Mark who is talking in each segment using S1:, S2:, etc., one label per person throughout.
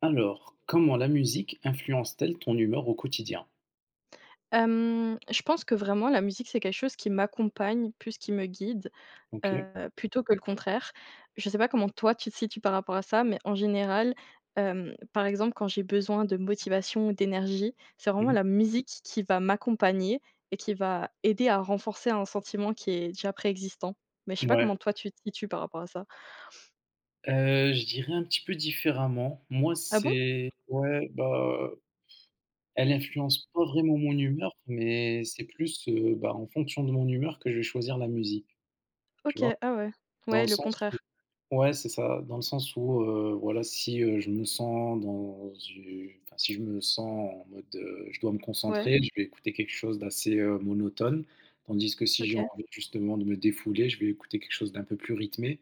S1: Alors, comment la musique influence-t-elle ton humeur au quotidien?
S2: Je pense que vraiment la musique, c'est quelque chose qui m'accompagne plus qu'il me guide,
S1: OK.
S2: plutôt que le contraire. Je sais pas comment toi tu te situes par rapport à ça, mais en général, par exemple, quand j'ai besoin de motivation ou d'énergie, c'est vraiment
S1: Mmh.
S2: la musique qui va m'accompagner et qui va aider à renforcer un sentiment qui est déjà préexistant. Mais je sais pas
S1: Ouais.
S2: comment toi tu te situes par rapport à ça.
S1: Je dirais un petit peu différemment. Moi,
S2: Ah bon?
S1: c'est ouais, bah, elle influence pas vraiment mon humeur, mais c'est plus, bah, en fonction de mon humeur que je vais choisir la musique, tu
S2: OK,
S1: vois?
S2: ah ouais.
S1: Dans
S2: Ouais,
S1: le
S2: le
S1: sens
S2: contraire.
S1: Ouais, c'est ça, dans le sens où, voilà, si, je me sens dans u enfin, si je me sens en mode, je dois me
S2: Ouais,
S1: concentrer, je vais écouter quelque chose d'assez, monotone. Tandis que si j'ai
S2: OK.
S1: envie justement de me défouler, je vais écouter quelque chose d'un peu plus rythmé, et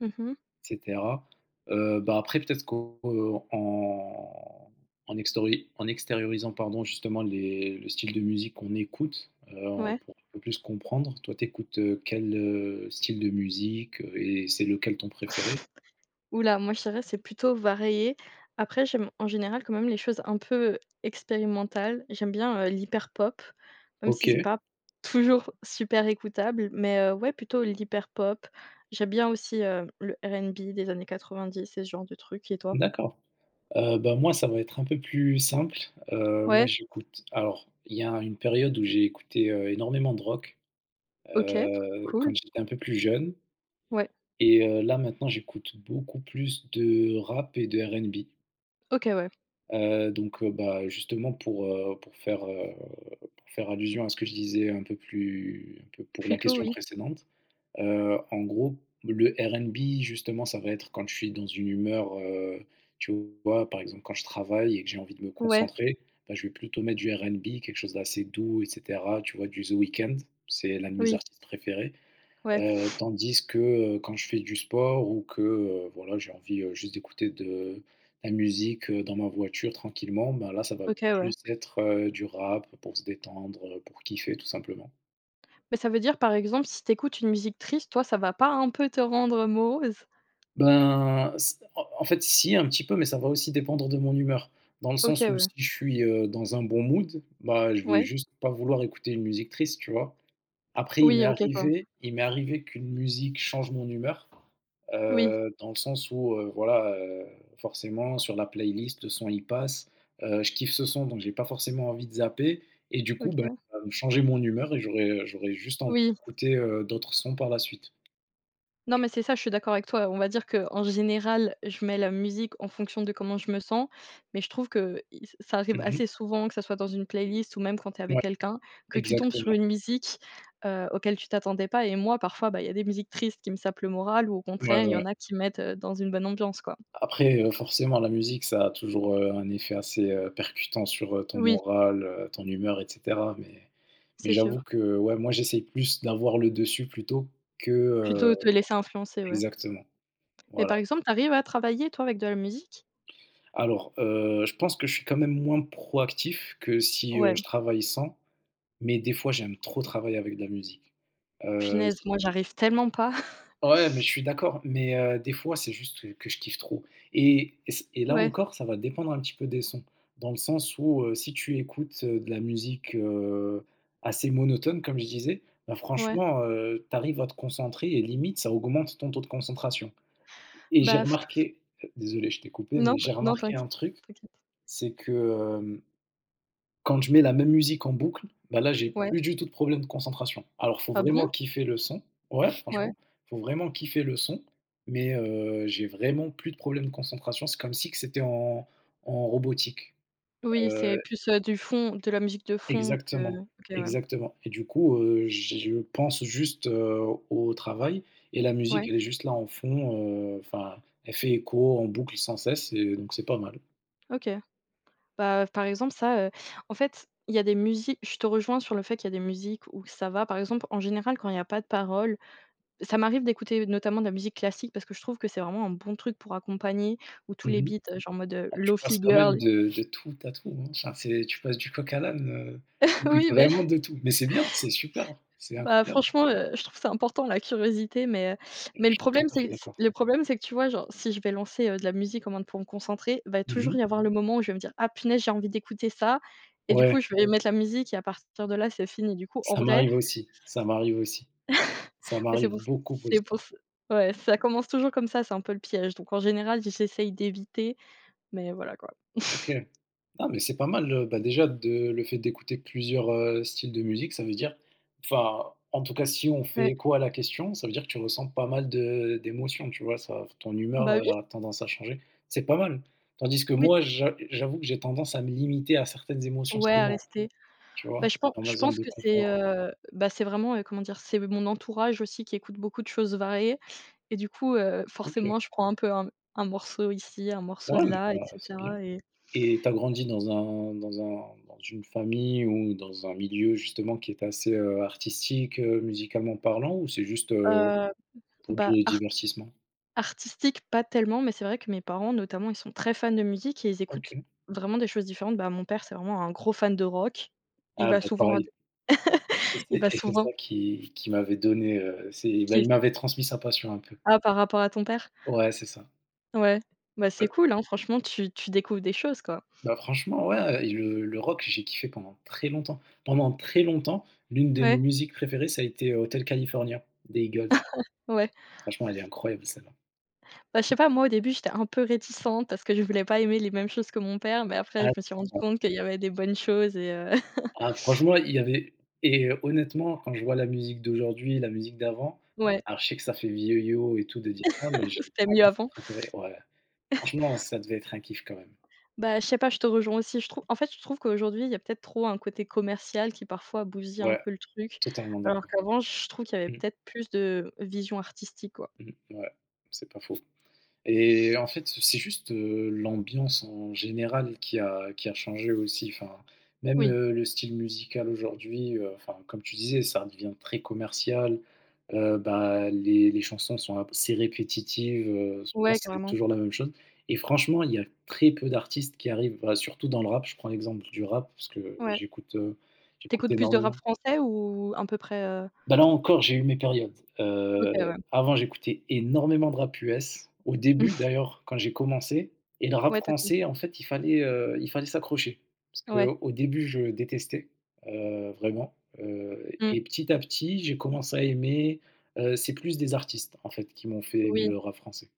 S2: Mmh.
S1: cetera. Bah, après peut-être qu'en en en extori en extériorisant, pardon, justement les le style de musique qu'on écoute, on
S2: Ouais.
S1: pourra un peu plus comprendre. Toi, t'écoutes écoutes, quel, style de musique, et c'est lequel ton préféré?
S2: Ouh là, moi je dirais c'est plutôt varié. Après j'aime en général quand même les choses un peu expérimentales. J'aime bien, l'hyper pop, même si c'est
S1: OK,
S2: pas toujours super écoutable, mais, ouais plutôt l'hyper pop. J'aime bien aussi, le R&B des années 90 et ce genre de trucs et toi?
S1: d'accord. Bah, moi, ça va être un peu plus simple. Moi,
S2: Ouais,
S1: j'écoute alors, il y a une période où j'ai écouté, énormément de rock,
S2: OK, cool.
S1: quand j'étais un peu plus jeune
S2: Ouais,
S1: et là, maintenant, j'écoute beaucoup plus de rap et de RnB.
S2: OK, ouais.
S1: Donc, bah, justement pour faire allusion à ce que je disais un peu pour la
S2: Plutôt
S1: question
S2: oui.
S1: précédente, en gros, le RnB justement, ça va être quand je suis dans une humeur, tu vois? Par exemple, quand je travaille et que j'ai envie de me
S2: Ouais,
S1: concentrer, bah, je vais plutôt mettre du RnB, quelque chose d'assez doux et cetera, tu vois? Du The Weeknd, c'est l'un de mes
S2: oui,
S1: artistes préférés.
S2: ouais,
S1: Tandis que, quand je fais du sport ou que, voilà, j'ai envie, juste d'écouter de la musique, dans ma voiture tranquillement, ben, là, ça va
S2: OK, ouais.
S1: plus être, du rap pour se détendre, pour kiffer tout simplement.
S2: Mais ça veut dire par exemple si t'écoutes une musique triste, toi ça va pas un peu te rendre morose?
S1: Ben, s en en fait, si un petit peu, mais ça va aussi dépendre de mon humeur. Dans le
S2: OK,
S1: sens où si
S2: ouais.
S1: je suis, dans un bon mood, bah, je vais
S2: Ouais.
S1: juste pas vouloir écouter une musique triste, tu vois? Après, il m'est
S2: Oui, OK, je vois.
S1: arrivé il m'est arrivé qu'une musique change mon humeur,
S2: Oui.
S1: dans le sens où, voilà, forcément sur la playlist, le son il passe, je kiffe ce son donc j'ai pas forcément envie de zapper et du coup, ben,
S2: OK.
S1: ça va me changer mon humeur et j'aurais juste envie
S2: Oui.
S1: d'écouter, d'autres sons par la suite.
S2: Non, mais c'est ça, je suis d'accord avec toi. On va dire que en général, je mets la musique en fonction de comment je me sens, mais je trouve que i ça arrive
S1: Mmh.
S2: assez souvent, que ça soit dans une playlist ou même quand tu es avec
S1: Ouais,
S2: quelqu'un, que tu tombes sur
S1: exactement.
S2: une musique, auquel tu t'attendais pas et moi, parfois, bah, il y a des musiques tristes qui me sapent le moral ou au
S1: Ouais,
S2: contraire,
S1: ouais,
S2: il y
S1: ouais.
S2: en a qui mettent, dans une bonne ambiance, quoi.
S1: Après, forcément la musique ça a toujours, un effet assez, percutant sur, ton
S2: Oui,
S1: moral, ton humeur et cetera, mais
S2: c'est
S1: j'avoue
S2: sûr.
S1: que, ouais, moi j'essaye plus d'avoir le dessus plutôt que,
S2: Plutôt te laisser influencer, ouais.
S1: exactement,
S2: Mais
S1: voilà.
S2: par exemple, t'arrives à travailler, toi, avec de la musique?
S1: Alors, je pense que je suis quand même moins proactif que si,
S2: Ouais.
S1: je travaille sans, mais des fois j'aime trop travailler avec de la musique. Heu
S2: Punaise, moi, j'arrive tellement pas.
S1: Ouais, mais je suis d'accord, mais des fois, c'est juste que je kiffe trop et là
S2: Ouais,
S1: encore, ça va dépendre un petit peu des sons. Dans le sens où, si tu écoutes, de la musique, assez monotone, comme je disais, bah,
S2: ouais.
S1: franchement, tu arrives à te concentrer et limite, ça augmente ton taux de concentration et j'ai
S2: Bah
S1: remarqué, désolé, je t'ai coupé, mais j'ai
S2: Non,
S1: remarqué un truc,
S2: t'inquiète.
S1: c'est que, hem quand je mets la même musique en boucle, bah, là, j'ai
S2: Ouais.
S1: plus du tout de problème de concentration. Alors, faut
S2: Ah
S1: vraiment
S2: bon?
S1: kiffer le son. Ouais,
S2: Ouais.
S1: franchement, faut vraiment kiffer le son, mais j'ai vraiment plus de problème de concentration. C'est comme si que c'était en robotique.
S2: Oui, c'est
S1: Heu,
S2: plus, du fond, de la musique de fond que
S1: Exactement,
S2: OK, ouais.
S1: exactement et du coup, je pense juste, au travail et la musique,
S2: Ouais,
S1: elle est juste là en fond, enfin, elle fait écho en boucle sans cesse et donc c'est pas mal.
S2: OK. Bah, par exemple, ça, en fait, il y a des musiques je te rejoins sur le fait qu'il y a des musiques où ça va. Par exemple, en général, quand il y a pas de paroles, ça m'arrive d'écouter notamment de la musique classique parce que je trouve que c'est vraiment un bon truc pour accompagner, ou tous les
S1: Mmh.
S2: beats, genre en mode,
S1: Ah, tu passes
S2: Lo-Fi
S1: quand même
S2: Girl.
S1: de tout à tout, hein. Enfin, c'est tu passes du coq à l'âne, tu
S2: Oui, beh
S1: vraiment de tout. Mais c'est bien, c'est super, c'est
S2: Bah,
S1: incroyable.
S2: franchement, je trouve c'est important la curiosité,
S1: Je
S2: mais
S1: suis tout à fait d'accord.
S2: le problème c'est que tu vois, genre, si je vais lancer, de la musique en mode pour me concentrer, va toujours
S1: Mmh.
S2: y avoir le moment où je vais me dire: «Ah punaise, j'ai envie d'écouter ça» et du coup,
S1: Ouais,
S2: je vais mettre la musique et à partir de là, c'est fini. Du coup, en
S1: ça
S2: vrai,
S1: m'arrive aussi, ça m'arrive aussi. Ça
S2: ouais,
S1: m'arrive beaucoup
S2: c'est
S1: aussi.
S2: pour ç ouais, ça commence toujours comme ça, c'est un peu le piège. Donc en général, j'essaye d'éviter, mais voilà quoi. Ouais.
S1: OK. Ah, mais c'est pas mal, bah, déjà de le fait d'écouter plusieurs, styles de musique, ça veut dire enfin, en tout cas, si on fait écho à la question, ça veut dire que tu ressens pas mal de d'émotions, tu vois? Ça ton
S2: Bah
S1: humeur, elle
S2: oui,
S1: a tendance à changer. C'est pas mal. Tandis que
S2: oui.
S1: moi, j'avoue que j'ai tendance à me limiter à certaines émotions
S2: Ouais, à
S1: seulement,
S2: rester.
S1: tu vois?
S2: Bah,
S1: Dans ma
S2: je
S1: zone
S2: pense
S1: de
S2: que c'est,
S1: confort.
S2: bah, c'est vraiment, comment dire? C'est mon entourage aussi qui écoute beaucoup de choses variées. Et du coup,
S1: OK.
S2: forcément, je prends un peu un morceau ici, un morceau
S1: Ouais,
S2: de
S1: mais,
S2: là et
S1: c'est bien.
S2: cetera et
S1: Et tu as grandi dans un dans un dans une famille ou dans un milieu justement qui est assez, artistique, musicalement parlant ou c'est juste,
S2: heu,
S1: pour
S2: bah,
S1: du divertissement?
S2: artistique, pas tellement, mais c'est vrai que mes parents, notamment, ils sont très fans de musique et ils écoutent
S1: OK.
S2: vraiment des choses différentes. Bah, mon père, c'est vraiment un gros fan de rock. Il
S1: Ah
S2: va
S1: bah,
S2: souvent à d
S1: pareil et
S2: il
S1: c'est
S2: va
S1: et c'est ça
S2: souvent
S1: qui m'avait donné, c'est bah,
S2: qui
S1: il
S2: est
S1: m'avait transmis sa passion un peu.
S2: ah, par rapport à ton père?
S1: Ouais, c'est ça.
S2: Ouais. Bah, c'est
S1: Bah
S2: cool, hein, franchement, tu découvres des choses, quoi.
S1: bah, franchement, ouais et le rock, j'ai kiffé pendant très longtemps. Pendant très longtemps, l'une de mes
S2: Ouais,
S1: musiques préférées, ça a été, Hotel California des Eagles.
S2: ouais.
S1: Franchement, elle est incroyable celle-là.
S2: Bah, je sais pas, moi, au début, j'étais un peu réticente parce que je voulais pas aimer les mêmes choses que mon père, mais après, je me suis rendue
S1: Ah.
S2: compte qu'il y avait des bonnes choses et
S1: Ah, franchement, il y avait et honnêtement, quand je vois la musique d'aujourd'hui, la musique d'avant,
S2: ouais.
S1: alors je sais que ça fait vieillot et tout de dire ça, mais j'ai
S2: C'était
S1: pas
S2: mieux
S1: mon ça
S2: avant.
S1: préféré. Ouais, franchement, ça devait être un kiff quand même.
S2: Bah, je sais pas, je te rejoins aussi. Je trouve en fait, je trouve qu'aujourd'hui, il y a peut-être trop un côté commercial qui parfois bousille un
S1: Ouais,
S2: peu le truc,
S1: totalement
S2: alors
S1: d'accord.
S2: qu'avant, je trouve qu'il y avait
S1: Mmh,
S2: peut-être plus de vision artistique, quoi.
S1: mmh, ouais, c'est pas faux. Et en fait, c'est juste, l'ambiance en général qui a changé aussi. Enfin, même,
S2: Oui,
S1: le style musical aujourd'hui, enfin, comme tu disais, ça devient très commercial. Bah, les chansons sont assez répétitives, souvent
S2: ouais,
S1: c'est
S2: carrément.
S1: toujours la même chose et franchement, il y a très peu d'artistes qui arrivent, bah, surtout dans le rap. Je prends l'exemple du rap parce que
S2: Ouais.
S1: j'écoute, heu, j'écoute
S2: T'écoutes plus de rap
S1: énormément.
S2: français ou à peu près,
S1: Bah, là encore, j'ai eu mes périodes.
S2: OK,
S1: Heu,
S2: ouais.
S1: Avant, j'écoutais énormément de rap US. Au début d'ailleurs, quand j'ai commencé et le rap
S2: Ouais, t'as
S1: français,
S2: as
S1: en fait, il fallait s'accrocher. Parce que
S2: ouais,
S1: au début, je détestais, vraiment,
S2: mmh,
S1: et petit à petit, j'ai commencé à aimer, c'est plus des artistes, en fait, qui m'ont fait aimer
S2: oui.
S1: le rap français.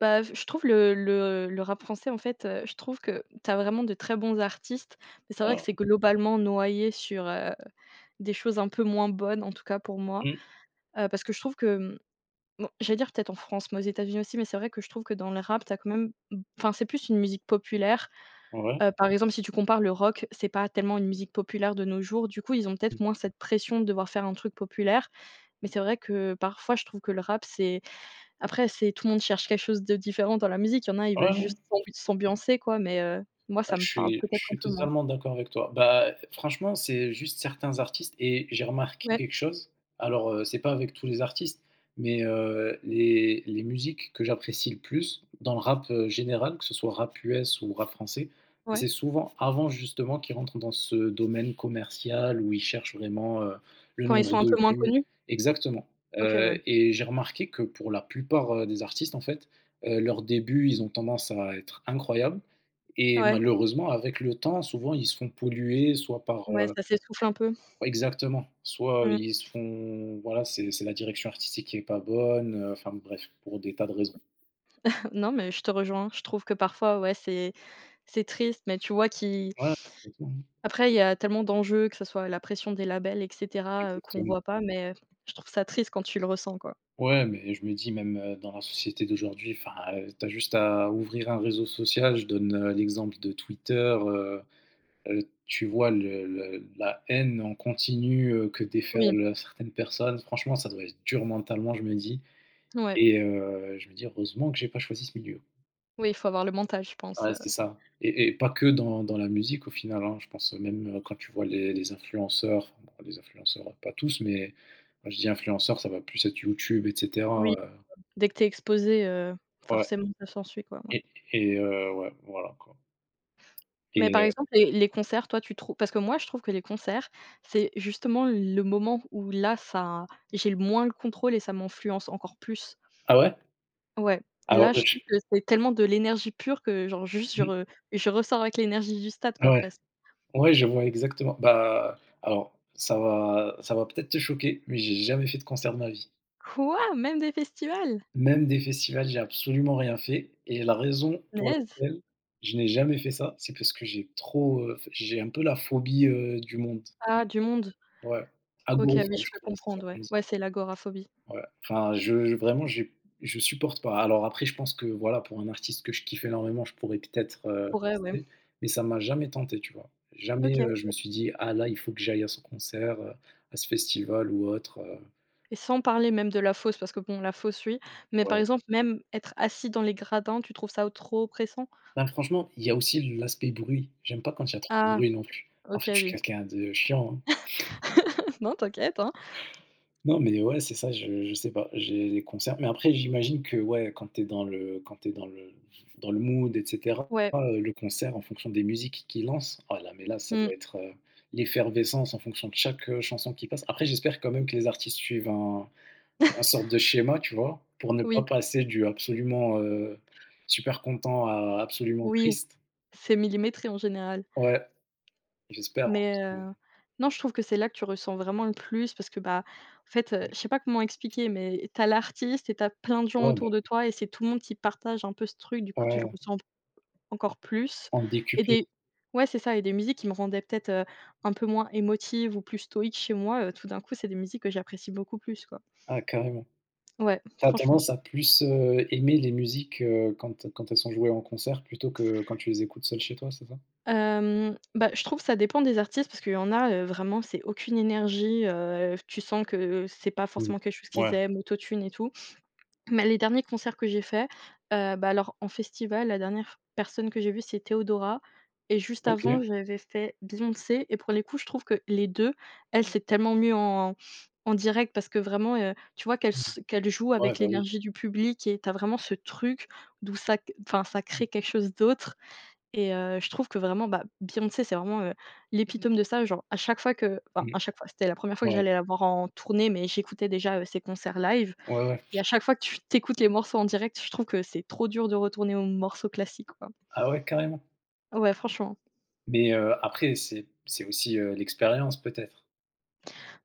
S2: Bah, je trouve le rap français, en fait, je trouve que t'as vraiment de très bons artistes, mais c'est vrai que
S1: Voilà.
S2: c'est globalement noyé sur, des choses un peu moins bonnes, en tout cas pour moi.
S1: Mmh.
S2: Parce que je trouve que, mmh, bon, j'allais dire peut-être en France, mais aux États-Unis aussi, mais c'est vrai que je trouve que dans le rap, t'as quand même mmh, enfin, c'est plus une musique populaire.
S1: Ouais.
S2: Par exemple, si tu compares le rock, c'est pas tellement une musique populaire de nos jours. Du coup, ils ont
S1: Mmh.
S2: peut-être moins cette pression de devoir faire un truc populaire. Mais c'est vrai que parfois, je trouve que le rap, c'est après, c'est tout le monde cherche quelque chose de différent dans la musique. Il y en a, ils
S1: Ouais,
S2: veulent
S1: ouais.
S2: juste s'ambiancer, quoi, mais moi,
S1: Ah,
S2: ça
S1: je
S2: me parle
S1: suis je
S2: peut-être un
S1: suis
S2: peu moins.
S1: totalement d'accord avec toi. Bah, franchement, c'est juste certains artistes et j'ai remarqué
S2: Ouais,
S1: quelque chose. Alors, c'est pas avec tous les artistes, mais les musiques que j'apprécie le plus dans le rap, général, que ce soit rap US ou rap français, bah,
S2: ouais.
S1: c'est souvent avant justement qu'ils rentrent dans ce domaine commercial où ils cherchent vraiment, le
S2: Quand ils
S1: nombre
S2: sont un
S1: de
S2: peu moins
S1: vues,
S2: connus?
S1: exactement,
S2: OK, ouais.
S1: et j'ai remarqué que pour la plupart, des artistes, en fait, leurs débuts, ils ont tendance à être incroyables et
S2: Ouais,
S1: malheureusement, avec le temps, souvent, ils se font polluer soit par,
S2: ouais, ça s'essouffle un peu.
S1: exactement, soit
S2: Mmh.
S1: ils se font voilà, c'est la direction artistique qui est pas bonne, enfin bref, pour des tas de raisons.
S2: Non, mais je te rejoins. Je trouve que parfois, ouais, c'est triste, mais tu vois qui
S1: Ouais, complètement,
S2: après, il y a tellement d'enjeux, que ce soit la pression des labels et cetera, qu'on
S1: exactement.
S2: voit pas, mais je trouve ça triste quand tu le ressens, quoi.
S1: Ouais, mais je me dis même, dans la société d'aujourd'hui, enfin, tu juste à ouvrir un réseau social. Je donne, l'exemple de Twitter, heu tu vois le la haine en continu, que
S2: Oui,
S1: déferlent certaines personnes. Franchement, ça doit être dur mentalement, je me dis.
S2: ouais,
S1: Et je me dis: «Heureusement que j'ai pas choisi ce milieu».
S2: oui, il faut avoir le mental, je pense,
S1: Ouais, c'est ça et pas que dans la musique au final, hein. Je pense même, quand tu vois les influenceurs, enfin, bon les influenceurs, pas tous, mais quand je dis influenceurs, ça va plus être YouTube et cetera,
S2: oui, dès que t'es exposé,
S1: ouais
S2: forcément ça s'ensuit, quoi, ouais.
S1: et et ouais, voilà quoi
S2: Mais
S1: et
S2: par exemple, les concerts, toi, tu trouves parce que moi, je trouve que les concerts, c'est justement le moment où là, ça j'ai le moins le contrôle et ça m'influence encore plus.
S1: ah ouais?
S2: Ouais,
S1: Alors
S2: là je
S1: je
S2: trouve que c'est tellement de l'énergie pure que genre juste
S1: Mmh,
S2: je ressors avec l'énergie du stade quoi
S1: ouais,
S2: presque.
S1: ouais, je vois exactement. Bah, alors ça va peut-être te choquer, mais j'ai jamais fait de concert de ma vie.
S2: Quoi? Même des festivals?
S1: Même des festivals, j'ai absolument rien fait et la raison pour
S2: Punaise!
S1: laquelle je n'ai jamais fait ça, c'est parce que j'ai un peu la phobie, du monde.
S2: Ah du monde.
S1: Ouais,
S2: OK, ah oui
S1: agoraphobe,
S2: je
S1: je
S2: peux
S1: crois, c'est ça
S2: comprendre ouais.
S1: qu'on dit.
S2: Ouais c'est l'agoraphobie.
S1: Ouais, enfin, je vraiment, j'ai je supporte pas. Alors après, je pense que, voilà, pour un artiste que je kiffe énormément, je pourrais peut-être,
S2: Pourrait, ouais.
S1: tester, mais ça m'a jamais tenté, tu vois? Jamais,
S2: OK
S1: je me suis dit: «Ah là, il faut que j'aille à son concert, à ce festival ou autre»,
S2: et sans parler même de la fosse parce que bon la fosse oui, mais par
S1: ouais.
S2: exemple même être assis dans les gradins, tu trouves ça trop oppressant?
S1: Ben, franchement, il y a aussi l'aspect bruit. J'aime pas quand il y a trop de
S2: Ah
S1: bruit non plus. En
S2: OK
S1: fait, je suis
S2: oui.
S1: quelqu'un de chiant, hein.
S2: Non t'inquiète, hein.
S1: Non, mais ouais, c'est ça, je sais pas, j'ai les concerts mais après j'imagine que, ouais, quand t'es dans le quand t'es dans le mood et cetera,
S2: Ouais.
S1: le concert en fonction des musiques qu'ils lancent, oh là, mais là, ça
S2: Mmh.
S1: doit être, l'effervescence en fonction de chaque, chanson qui passe. Après, j'espère quand même que les artistes suivent un sorte de schéma, tu vois? Pour ne pas
S2: Oui,
S1: passer du absolument, super content à absolument
S2: oui,
S1: triste.
S2: c'est millimétré en général.
S1: Ouais, j'espère, hein, parce
S2: Mais non, je trouve que c'est là que tu ressens vraiment le plus parce que, bah, en fait,
S1: que.
S2: je sais pas comment expliquer, mais t'as l'artiste et t'as plein de gens
S1: Ouais, bah,
S2: autour de toi et c'est tout le monde qui partage un peu ce truc, du coup, tu le
S1: ouais,
S2: ressens encore plus
S1: en
S2: et
S1: décuplé.
S2: des ouais, c'est ça et des musiques qui me rendaient peut-être, un peu moins émotive ou plus stoïque chez moi, tout d'un coup, c'est des musiques que j'apprécie beaucoup plus, quoi.
S1: Ah carrément.
S2: Ouais,
S1: Tu as
S2: franchement.
S1: tendance à plus, aimer les musiques, quand elles sont jouées en concert plutôt que quand tu les écoutes seul chez toi, c'est ça?
S2: Bah, je trouve que ça dépend des artistes parce qu'il y en a, vraiment, c'est aucune énergie, tu sens que c'est pas
S1: Mmh.
S2: forcément quelque chose qu'ils
S1: Ouais,
S2: aiment, autotune et tout. Mais les derniers concerts que j'ai faits, bah, alors en festival, la dernière personne que j'ai vue, c'est Theodora et juste avant,
S1: OK.
S2: j'avais fait Beyoncé et pour les coups, je trouve que les 2, elle, Mmh. c'est tellement mieux en en direct parce que vraiment, tu vois
S1: Mmh.
S2: qu'elle joue
S1: Ouais,
S2: avec
S1: bah, oui.
S2: l'énergie du public et tu as vraiment ce truc d'où ça c enfin, ça crée quelque chose d'autre et je trouve que vraiment, bah, Beyoncé, c'est vraiment, Mmh. l'épitome de ça. Genre à chaque fois que enfin,
S1: Mmh.
S2: à chaque fois, c'était la première fois que
S1: Ouais,
S2: j'allais la voir en tournée, mais j'écoutais déjà, ses concerts live
S1: ouais, ouais.
S2: et à chaque fois que tu t'écoutes les morceaux en direct, je trouve que c'est trop dur de retourner aux morceaux classiques, quoi.
S1: Ah ouais, carrément.
S2: Ouais, franchement.
S1: Mais, après c'est aussi, l'expérience peut-être?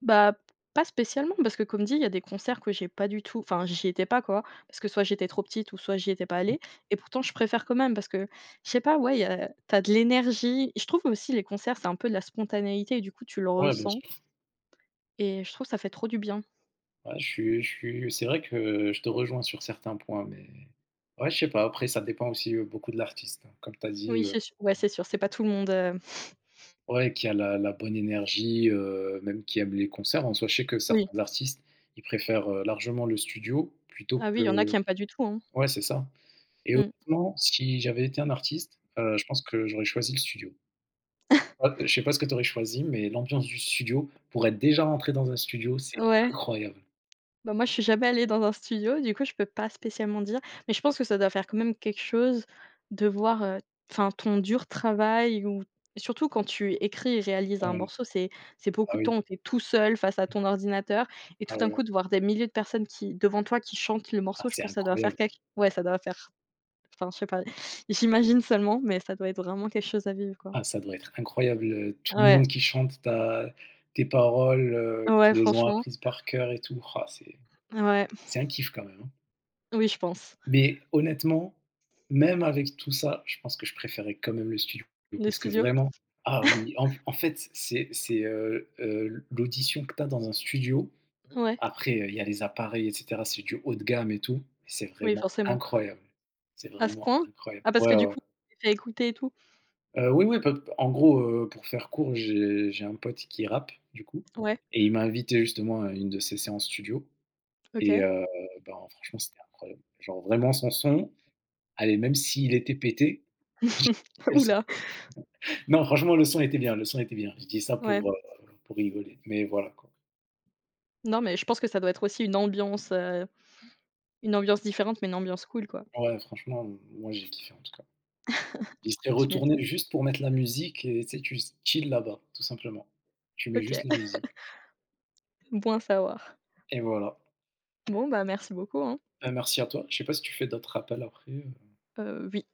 S2: Bah, pas spécialement parce que comme dit, il y a des concerts que j'ai pas du tout enfin, j'y étais pas, quoi, parce que soit j'étais trop petite ou soit j'y étais pas allée et pourtant je préfère quand même parce que je sais pas, ouais, il y a tu de l'énergie. Je trouve aussi les concerts, c'est un peu de la spontanéité et du coup, tu le
S1: Ouais, bien
S2: ressens
S1: sûr.
S2: et je trouve ça fait trop du bien.
S1: Ouais, je suis c'est vrai que je te rejoins sur certains points, mais ouais, je sais pas, après ça dépend aussi, beaucoup de l'artiste, hein. Comme tu as dit,
S2: Oui, c'est sûr. Ouais, c'est sûr, c'est pas tout le monde,
S1: ouais, qui a la bonne énergie, même qui aime les concerts. En soi, je sais que
S2: oui.
S1: certains artistes, ils préfèrent, largement le studio plutôt
S2: Ah oui, il y en a
S1: que,
S2: qui aiment pas du tout, hein.
S1: ouais, c'est ça et
S2: Mmh.
S1: honnêtement, si j'avais été un artiste, je pense que j'aurais choisi le studio. Ah, je sais pas ce que tu aurais choisi, mais l'ambiance du studio, pour être déjà rentré dans un studio, c'est
S2: Ouais.
S1: incroyable.
S2: Bah, moi, je suis jamais allée dans un studio, du coup, je peux pas spécialement dire, mais je pense que ça doit faire quand même quelque chose de voir, enfin, ton dur travail ou surtout quand tu écris et réalises un
S1: Ouais,
S2: morceau, c'est
S1: ah
S2: beaucoup de
S1: oui,
S2: temps où tu es tout seul face à ton ordinateur et
S1: ah
S2: tout d'un
S1: ouais,
S2: coup, de voir des milliers de personnes qui devant toi, qui chantent le
S1: ah
S2: morceau, je
S1: c'est
S2: pense que ça doit faire
S1: incroyable.
S2: quelque ouais, ça doit faire enfin, je sais pas, j'imagine seulement, mais ça doit être vraiment quelque chose à vivre, quoi.
S1: Ah ça doit être incroyable, tout le
S2: Ouais,
S1: monde qui chante ta tes paroles,
S2: ouais,
S1: qui les ont
S2: franchement,
S1: apprises par cœur et tout. Ah c'est
S2: ouais,
S1: un kiff quand même, hein.
S2: oui, je pense.
S1: Mais honnêtement, même avec tout ça, je pense que je préférais quand même le studio
S2: Le
S1: parce que
S2: studio?
S1: vraiment, ah oui, en fait, c'est l'audition que tu as dans un studio.
S2: Ouais,
S1: Après, il y a les appareils et cetera, c'est du haut de gamme et tout. C'est
S2: oui,
S1: vraiment
S2: forcément.
S1: incroyable. C'est
S2: À ce
S1: vraiment
S2: point?
S1: incroyable.
S2: Ah parce que
S1: Ouais,
S2: du
S1: ouais.
S2: coup, tu t'es fait écouter et tout?
S1: Oui, oui, pop en gros, pour faire court, j'ai un pote qui rappe, du coup
S2: Ouais,
S1: et il m'a invité justement à une de ses séances studio et
S2: OK.
S1: ben, franchement, c'était incroyable. Genre vraiment son son Allez, même s'il était pété, j'ai kiffé le
S2: Ouh
S1: son.
S2: là,
S1: Non, franchement, le son était bien, le son était bien. Je dis ça
S2: ouais.
S1: pour rigoler, mais voilà, quoi.
S2: Non mais je pense que ça doit être aussi une ambiance différente, mais une ambiance cool, quoi.
S1: Ouais, franchement, moi, j'ai kiffé, en tout cas. J'y serais
S2: Tu
S1: retourné
S2: m'étonnes.
S1: juste pour mettre la musique et tu sais, tu s chill là-bas, tout simplement. Tu mets juste
S2: OK,
S1: la musique
S2: bon à savoir.
S1: et voilà.
S2: Bon, bah, merci beaucoup, hein.
S1: Bah, merci à toi. Je sais pas si tu fais d'autres rappels après?
S2: Oui.